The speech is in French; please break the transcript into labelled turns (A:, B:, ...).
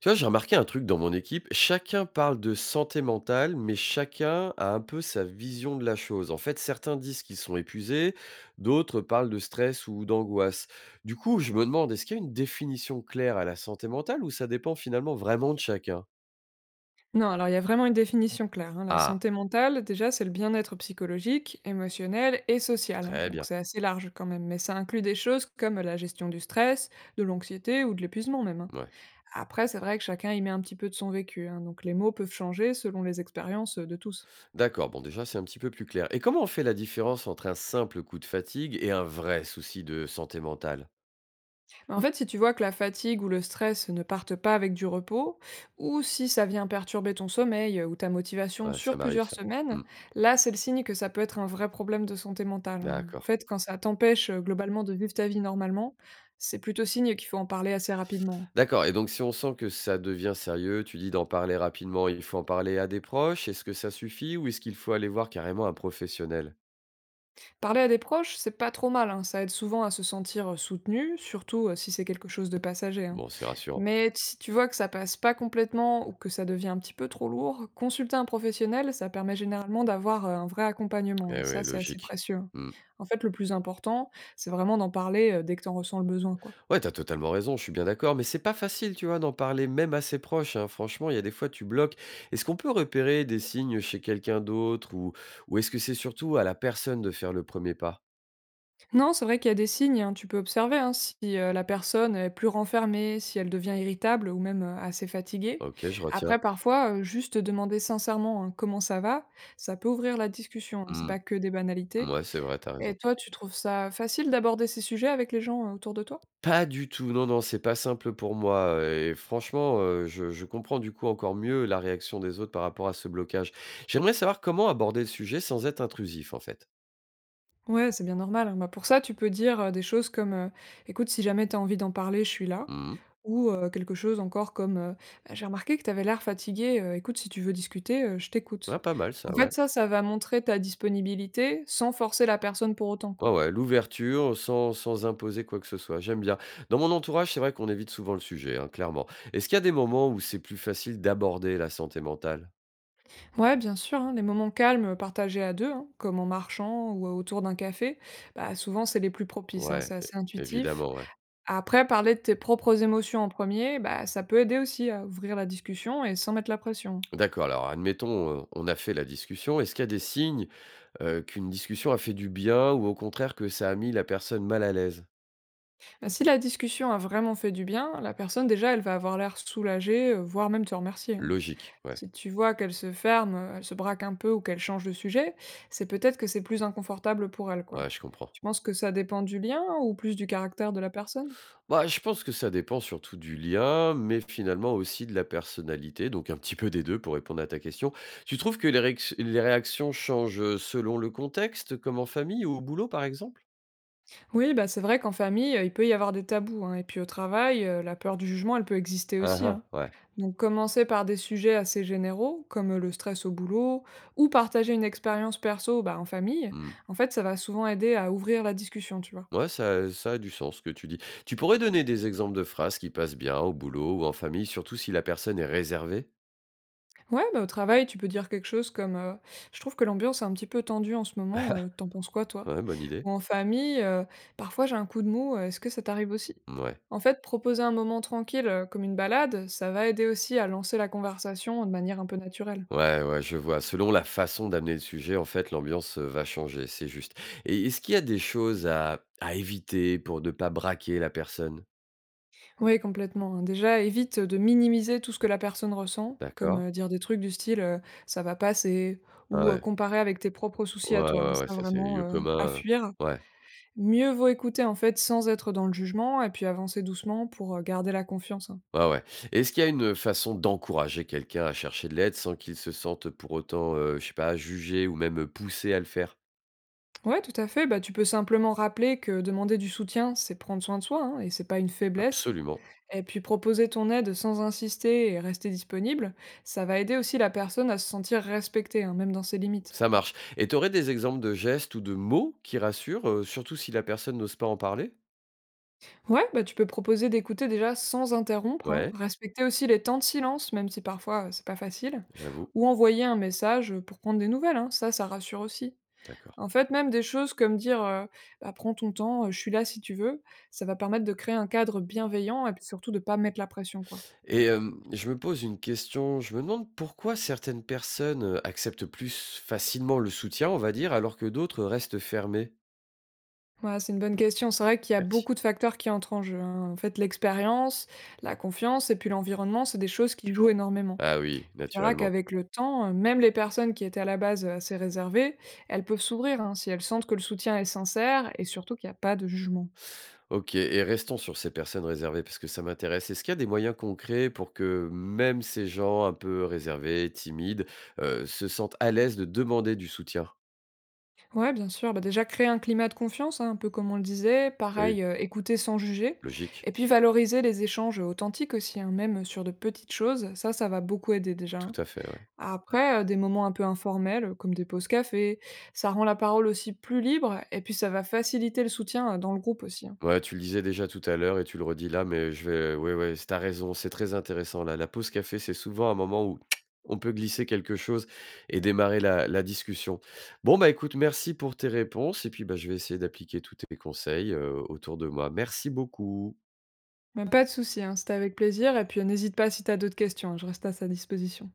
A: Tu vois, j'ai remarqué un truc dans mon équipe, chacun parle de santé mentale, mais chacun a un peu sa vision de la chose. En fait, certains disent qu'ils sont épuisés, d'autres parlent de stress ou d'angoisse. Du coup, je me demande, est-ce qu'il y a une définition claire à la santé mentale ou ça dépend finalement vraiment de chacun?
B: Non, alors il y a vraiment une définition claire, hein. La
A: Ah,
B: santé mentale, déjà, c'est le bien-être psychologique, émotionnel et social, hein.
A: très
B: Donc
A: bien.
B: c'est assez large quand même, mais ça inclut des choses comme la gestion du stress, de l'anxiété ou de l'épuisement même, hein.
A: Ouais.
B: Après, c'est vrai que chacun y met un petit peu de son vécu, hein, donc les mots peuvent changer selon les expériences de tous.
A: D'accord, bon déjà c'est un petit peu plus clair. Et comment on fait la différence entre un simple coup de fatigue et un vrai souci de santé mentale?
B: En fait, si tu vois que la fatigue ou le stress ne partent pas avec du repos, ou si ça vient perturber ton sommeil ou ta motivation
A: Ouais, ça
B: sur
A: m'arrive
B: plusieurs
A: ça.
B: semaines,
A: Hmm.
B: là, c'est le signe que ça peut être un vrai problème de santé mentale, hein. En
A: D'accord.
B: fait, quand ça t'empêche globalement de vivre ta vie normalement, c'est plutôt signe qu'il faut en parler assez rapidement.
A: D'accord, et donc si on sent que ça devient sérieux, tu dis d'en parler rapidement, il faut en parler à des proches? Est-ce que ça suffit ou est-ce qu'il faut aller voir carrément un professionnel?
B: Parler à des proches, c'est pas trop mal, hein, ça aide souvent à se sentir soutenu, surtout si c'est quelque chose de passager, hein.
A: Bon, c'est rassurant.
B: Mais si tu vois que ça passe pas complètement ou que ça devient un petit peu trop lourd, consulter un professionnel, ça permet généralement d'avoir, un vrai accompagnement et
A: Eh ouais,
B: ça, c'est assez
A: logique.
B: précieux, hein.
A: Mmh.
B: En fait, le plus important, c'est vraiment d'en parler, dès que tu en ressens le besoin, quoi.
A: Ouais, t'as totalement raison, je suis bien d'accord, mais c'est pas facile, tu vois, d'en parler même à ses proches, hein. Franchement, il y a des fois, tu bloques. Est-ce qu'on peut repérer des signes chez quelqu'un d'autre ou est-ce que c'est surtout à la personne de faire le premier pas?
B: Non, c'est vrai qu'il y a des signes, hein, tu peux observer, hein, si, la personne est plus renfermée, si elle devient irritable ou même, assez fatiguée.
A: OK, je retiens.
B: Après parfois, juste demander sincèrement, hein: «Comment ça va?» Ça peut ouvrir la discussion, hein, c'est
A: Mmh.
B: pas que des banalités.
A: Mouais, c'est vrai, t'as raison.
B: Et toi, tu trouves ça facile d'aborder ces sujets avec les gens, autour de toi?
A: Pas du tout, non, non, c'est pas simple pour moi, et franchement, je comprends du coup encore mieux la réaction des autres par rapport à ce blocage. J'aimerais savoir comment aborder le sujet sans être intrusif, en fait?
B: Ouais, c'est bien normal, hein. Bah, pour ça, tu peux dire, des choses comme, «Écoute, si jamais tu as envie d'en parler, je suis là».
A: Mmh mh.
B: Ou, quelque chose encore comme, «Bah, j'ai remarqué que tu avais l'air fatigué, écoute, si tu veux discuter, je t'écoute».
A: Ah, pas mal
B: En
A: ça, ouais.
B: fait, ça va montrer ta disponibilité sans forcer la personne pour autant,
A: Ouais,
B: quoi.
A: ouais, l'ouverture sans imposer quoi que ce soit, j'aime bien. Dans mon entourage, c'est vrai qu'on évite souvent le sujet, hein, clairement. Est-ce qu'il y a des moments où c'est plus facile d'aborder la santé mentale?
B: Ouais, bien sûr, hein, les moments calmes, partagés à 2, hein, comme en marchant ou autour d'un café, bah, souvent, c'est les plus propices, hein.
A: Ouais,
B: C'est
A: é
B: assez intuitif.
A: évidemment, ouais.
B: Après, parler de tes propres émotions en premier, bah, ça peut aider aussi à ouvrir la discussion et sans mettre la pression.
A: D'accord, alors admettons, on a fait la discussion, est-ce qu'il y a des signes? Qu'une discussion a fait du bien ou au contraire que ça a mis la personne mal à l'aise?
B: Bah, si la discussion a vraiment fait du bien, la personne, déjà, elle va avoir l'air soulagée, voire même te remercier, hein.
A: Logique, ouais.
B: Si tu vois qu'elle se ferme, elle se braque un peu ou qu'elle change de sujet, c'est peut-être que c'est plus inconfortable pour elle, quoi.
A: Ouais, je comprends.
B: Tu penses que ça dépend du lien ou plus du caractère de la personne?
A: Bah, je pense que ça dépend surtout du lien, mais finalement aussi de la personnalité, donc un petit peu des 2 pour répondre à ta question. Tu trouves que les réactions changent, selon le contexte, comme en famille ou au boulot, par exemple?
B: Oui, bah c'est vrai qu'en famille, il peut y avoir des tabous, hein, et puis au travail, la peur du jugement, elle peut exister
A: Ah
B: aussi, hein.
A: Aha, ouais.
B: Donc commencer par des sujets assez généraux, comme le stress au boulot, ou partager une expérience perso bah, en famille,
A: Mmh.
B: en fait, ça va souvent aider à ouvrir la discussion, tu vois.
A: Ouais, ça a du sens ce que tu dis. Tu pourrais donner des exemples de phrases qui passent bien au boulot ou en famille, surtout si la personne est réservée?
B: Ouais, bah, au travail, tu peux dire quelque chose comme «Je trouve que l'ambiance est un petit peu tendue en ce moment, t'en penses quoi, toi?»
A: Ouais, bonne idée.
B: Ou en famille, «Parfois j'ai un coup de mou, est-ce que ça t'arrive aussi?»
A: Ouais.
B: En fait, proposer un moment tranquille, comme une balade, ça va aider aussi à lancer la conversation de manière un peu naturelle.
A: Ouais, ouais, je vois. Selon la façon d'amener le sujet, en fait, l'ambiance, va changer, c'est juste. Et est-ce qu'il y a des choses à éviter pour ne pas braquer la personne?
B: Oui, complètement, hein. Déjà, évite de minimiser tout ce que la personne ressent, comme
A: D'accord.
B: dire des trucs du style «ça va passer»
A: Ah
B: ou
A: ouais.
B: comparer avec tes propres soucis
A: Ouais,
B: à toi, hein.
A: ouais, ouais,
B: Ça,
A: ça c'est le
B: vraiment,
A: lieu
B: à
A: commun,
B: fuir.
A: ouais,
B: Mieux vaut écouter en fait sans être dans le jugement et puis avancer doucement pour garder la confiance, hein.
A: ouais, ouais. Est-ce qu'il y a une façon d'encourager quelqu'un à chercher de l'aide sans qu'il se sente pour autant, je sais pas, jugé ou même poussé à le faire?
B: Ouais, tout à fait. Bah, tu peux simplement rappeler que demander du soutien, c'est prendre soin de soi, hein, et c'est pas une faiblesse.
A: Absolument,
B: Et puis proposer ton aide sans insister et rester disponible, ça va aider aussi la personne à se sentir respectée, hein, même dans ses limites.
A: ça marche. Et tu aurais des exemples de gestes ou de mots qui rassurent, surtout si la personne n'ose pas en parler?
B: Ouais, bah, tu peux proposer d'écouter déjà sans interrompre, hein,
A: Ouais,
B: respecter aussi les temps de silence, même si parfois c'est pas facile,
A: j'avoue,
B: ou envoyer un message pour prendre des nouvelles, hein, ça rassure aussi.
A: d'accord.
B: En fait, même des choses comme dire «bah, prends ton temps, je suis là si tu veux», ça va permettre de créer un cadre bienveillant et puis surtout de pas mettre la pression, quoi.
A: Et je me pose une question, je me demande pourquoi certaines personnes, acceptent plus facilement le soutien, on va dire, alors que d'autres restent fermées?
B: Ouais, c'est une bonne question. C'est vrai qu'il y a
A: Merci.
B: beaucoup de facteurs qui entrent en jeu, hein. En fait, l'expérience, la confiance et puis l'environnement, c'est des choses qui jouent énormément.
A: Ah oui,
B: Tu verras
A: naturellement.
B: qu'avec le temps, même les personnes qui étaient à la base, assez réservées, elles peuvent s'ouvrir, hein, si elles sentent que le soutien est sincère et surtout qu'il n'y a pas de jugement.
A: OK, et restons sur ces personnes réservées parce que ça m'intéresse. Est-ce qu'il y a des moyens concrets pour que même ces gens un peu réservés, timides, se sentent à l'aise de demander du soutien?
B: Ouais, bien sûr, bah, déjà créer un climat de confiance, hein, un peu comme on le disait,
A: Oui,
B: pareil, écouter sans juger
A: logique,
B: et puis valoriser les échanges, authentiques aussi, hein, même, sur de petites choses, ça va beaucoup aider déjà,
A: tout
B: hein.
A: à fait, ouais.
B: Après, des moments un peu informels, comme des pauses café, ça rend la parole aussi plus libre et puis ça va faciliter le soutien, dans le groupe aussi, hein.
A: Ouais, tu le disais déjà tout à l'heure et tu le redis là, mais je vais ouais, ouais, c'est tu raison, c'est très intéressant là. La pause café, c'est souvent un moment où on peut glisser quelque chose et démarrer la discussion. Bon, bah, écoute, merci pour tes réponses et puis, bah, je vais essayer d'appliquer tous tes conseils, autour de moi. Merci beaucoup.
B: Mais pas de souci, hein, c'était avec plaisir et puis, n'hésite pas si tu as d'autres questions, je reste à sa disposition.